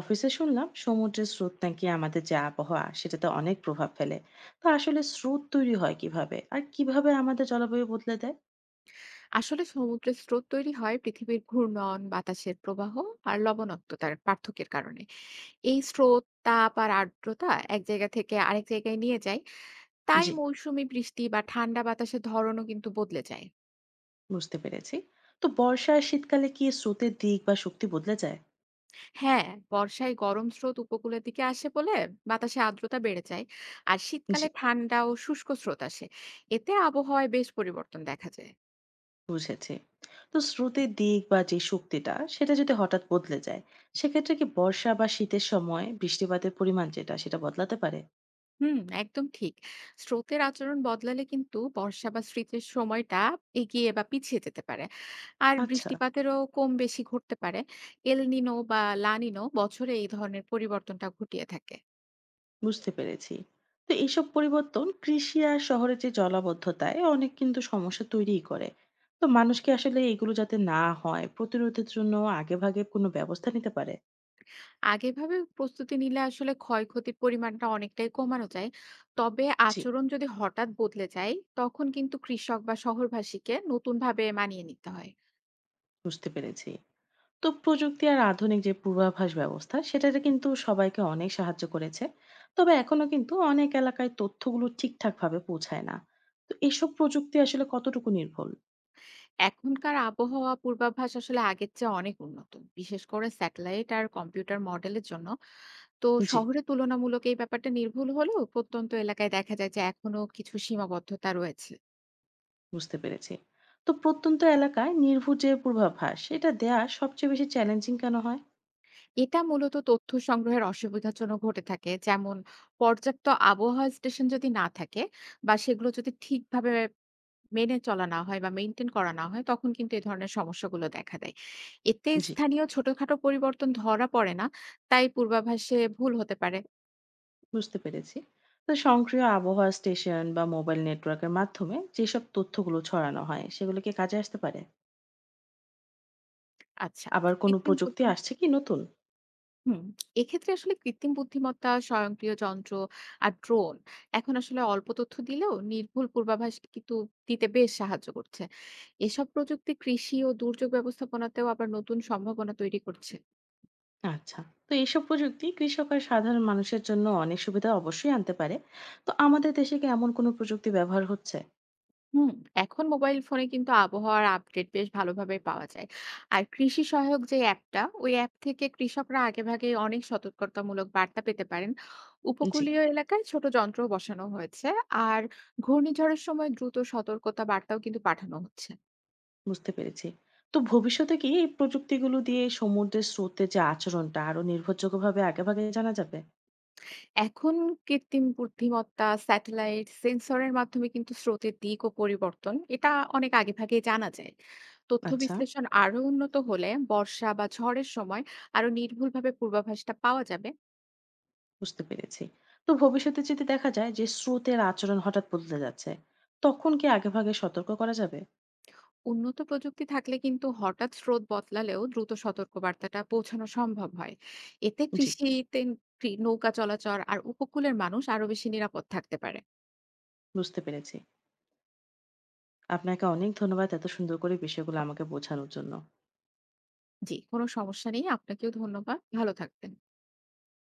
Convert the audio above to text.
অফিসে শুনলাম সমুদ্রের স্রোত নাকি আমাদের যে আবহাওয়া সেটাতে অনেক প্রভাব ফেলে। তো আসলে স্রোত তৈরি হয় কিভাবে আর কিভাবে আমাদের জলবায়ু বদলে দেয়? আসলে সমুদ্রের স্রোত তৈরি হয় পৃথিবীর ঘূর্ণন বাতাসের প্রবাহ আর লবণাক্ততার পার্থক্যের কারণে। এই স্রোত তাপ আর আর্দ্রতা এক জায়গা থেকে আরেক জায়গায় নিয়ে যায়। তাই জি, মৌসুমী বৃষ্টি বা ঠান্ডা বাতাসের ধরনও কিন্তু বদলে যায়। বুঝতে পেরেছি। তো বর্ষা আর শীতকালে কি স্রোতের দিক বা শক্তি বদলে যায়? হ্যাঁ, বর্ষায় গরম স্রোত উপকূলের দিকে আসে বলে বাতাসে আর্দ্রতা বেড়ে যায়। আর জি, শীতকালে ঠান্ডা ও শুষ্ক স্রোত আসে। এতে আবহাওয়ায় বেশ পরিবর্তন দেখা যায়। বুঝেছি। তো স্রোতের দিক বা যে শক্তিটা সেটা যদি হঠাৎ বদলে যায়, সেক্ষেত্রে কি বর্ষা বা শীতের সময় বৃষ্টিপাতের পরিমাণ যেটা সেটা বদলাতে পারে? একদম ঠিক। স্রোতের আচরণ বদলালে কিন্তু বর্ষা বা শীতের সময়টা এগিয়ে বা পিছিয়ে যেতে পারে। আর আচ্ছা, বৃষ্টিপাতেরও কম বেশি ঘটতে পারে। এল নিনো বা লা নিনো বছরে এই ধরনের পরিবর্তনটা ঘটিয়ে থাকে। বুঝতে পেরেছি। তো এইসব পরিবর্তন কৃষি আর শহরের যে জলাবদ্ধতায় অনেক কিন্তু সমস্যা তৈরিই করে। তো মানুষকে আসলে এগুলো যাতে না হয় প্রতিরোধের জন্য আগেভাগে কোনো ব্যবস্থা নিতে পারে। আগেভাবে প্রস্তুতি নিলে আসলে ক্ষয়ক্ষতির পরিমাণটা অনেকটাই কমানো যায়। তবে জি, আচরণ যদি হঠাৎ বদলে যায়, তখন কিন্তু কৃষক বা শহরবাসীকে নতুনভাবে মানিয়ে নিতে হয়। বুঝতে পেরেছি। তো প্রযুক্তি আর আধুনিক যে পূর্বাভাস ব্যবস্থা সেটাতে কিন্তু সবাইকে অনেক সাহায্য করেছে। তবে এখনো কিন্তু অনেক এলাকায় তথ্যগুলো ঠিকঠাক ভাবে পৌঁছায় না। তো এসব প্রযুক্তি আসলে কতটুকু নির্ভুল? এখনকার আবহাওয়া পূর্বাভাস আসলে আগের চেয়ে অনেক উন্নত, বিশেষ করে স্যাটেলাইট আর কম্পিউটার মডেলের জন্য। তো জি, শহরে তুলনামূলক এই ব্যাপারটা নির্ভুল হলেও প্রত্যন্ত এলাকায় দেখা যায় যে এখনো কিছু সীমাবদ্ধতা রয়েছে। বুঝতে পেরেছি। তো প্রত্যন্ত এলাকায় নির্ভুল যে পূর্বাভাস সেটা দেয়া সবচেয়ে বেশি চ্যালেঞ্জিং কেন হয়? এটা মূলত তথ্য সংগ্রহের অসুবিধার জন্য ঘটে থাকে। যেমন পর্যাপ্ত আবহাওয়া স্টেশন যদি না থাকে বা সেগুলো যদি ঠিকভাবে মেনে চলা না হয় বা মেইনটেইন করা না হয় তখন কিন্তু এ ধরনের সমস্যাগুলো দেখা দেয়। এতে জি, স্থানীয় ছোটখাটো পরিবর্তন ধরা পড়ে না। তাই পূর্বাভাসে ভুল হতে পারে। বুঝতে পেরেছি। তো সক্রিয় আবহাওয়া স্টেশন বা মোবাইল নেটওয়ার্কের মাধ্যমে যেসব তথ্যগুলো ছড়ানো হয় সেগুলো কি কাজে আসতে পারে? আচ্ছা। আবার কোনো কৃত্রিম প্রযুক্তি বুদ্ধিম আসছে কি নতুন? হুম। এক্ষেত্রে আসলে কৃত্রিম বুদ্ধিমত্তা, স্বয়ংক্রিয় যন্ত্র আর ড্রোন এখন আসলে অল্প তথ্য দিলেও নির্ভুল পূর্বাভাস কিন্তু দিতে বেশ সাহায্য করছে। এসব প্রযুক্তি কৃষি ও দুর্যোগ ব্যবস্থাপনাতেও আবার নতুন সম্ভাবনা তৈরি করছে। আচ্ছা। তো এইসব প্রযুক্তি কৃষক আর সাধারণ মানুষের জন্য অনেক সুবিধা অবশ্যই আনতে পারে। তো আমাদের দেশে কি এমন কোনো প্রযুক্তি ব্যবহার হচ্ছে? হুম, এখন মোবাইল ফোনে কিন্তু আবহাওয়ার আপডেট বেশ ভালোভাবে পাওয়া যায়। আর কৃষি সহায়ক যে অ্যাপটা, ওই অ্যাপ থেকে কৃষকরা আগেভাগেই অনেক সতর্কতামূলক বার্তা পেতে পারেন। জি, উপকূলীয় এলাকায় ছোট যন্ত্র বসানো হয়েছে। আর ঘূর্ণিঝড়ের সময় দ্রুত সতর্কতা বার্তাও কিন্তু পাঠানো হচ্ছে। বুঝতে পেরেছি। তো ভবিষ্যতে কি এই প্রযুক্তিগুলো দিয়ে সমুদ্রের স্রোতের যে আচরণটা আরো নির্ভরযোগ্যভাবে আগেভাগে জানা যাবে? এখন কৃত্রিম বুদ্ধিমত্তা, স্যাটেলাইট, সেন্সরের মাধ্যমে কিন্তু স্রোতের দিক ও পরিবর্তন, এটা অনেক আগেভাগেই জানা যায়। তথ্য আচ্ছা, বিশ্লেষণ আরো উন্নত হলে বর্ষা বা ঝড়ের সময় আরো নির্ভুলভাবে পূর্বাভাসটা পাওয়া যাবে। বুঝতে পেরেছি। তো ভবিষ্যতে যদি দেখা যায় যে স্রোতের আচরণ হঠাৎ বদলে যাচ্ছে, তখন কি আগেভাগে সতর্ক করা যাবে? উন্নত প্রযুক্তি থাকলে কিন্তু হঠাৎ স্রোত বদলালেও দ্রুত সতর্কবার্তাটা পৌঁছানো সম্ভব হয়। এতে জি, কৃষিতে নৌকা চলাচল আর উপকূলের মানুষ আরো বেশি নিরাপদ থাকতে পারে। বুঝতে পেরেছি। আপনাকে অনেক ধন্যবাদ এত সুন্দর করে বিষয়গুলো আমাকে বোঝানোর জন্য। জি, কোনো সমস্যা নেই। আপনাকেও ধন্যবাদ। ভালো থাকবেন।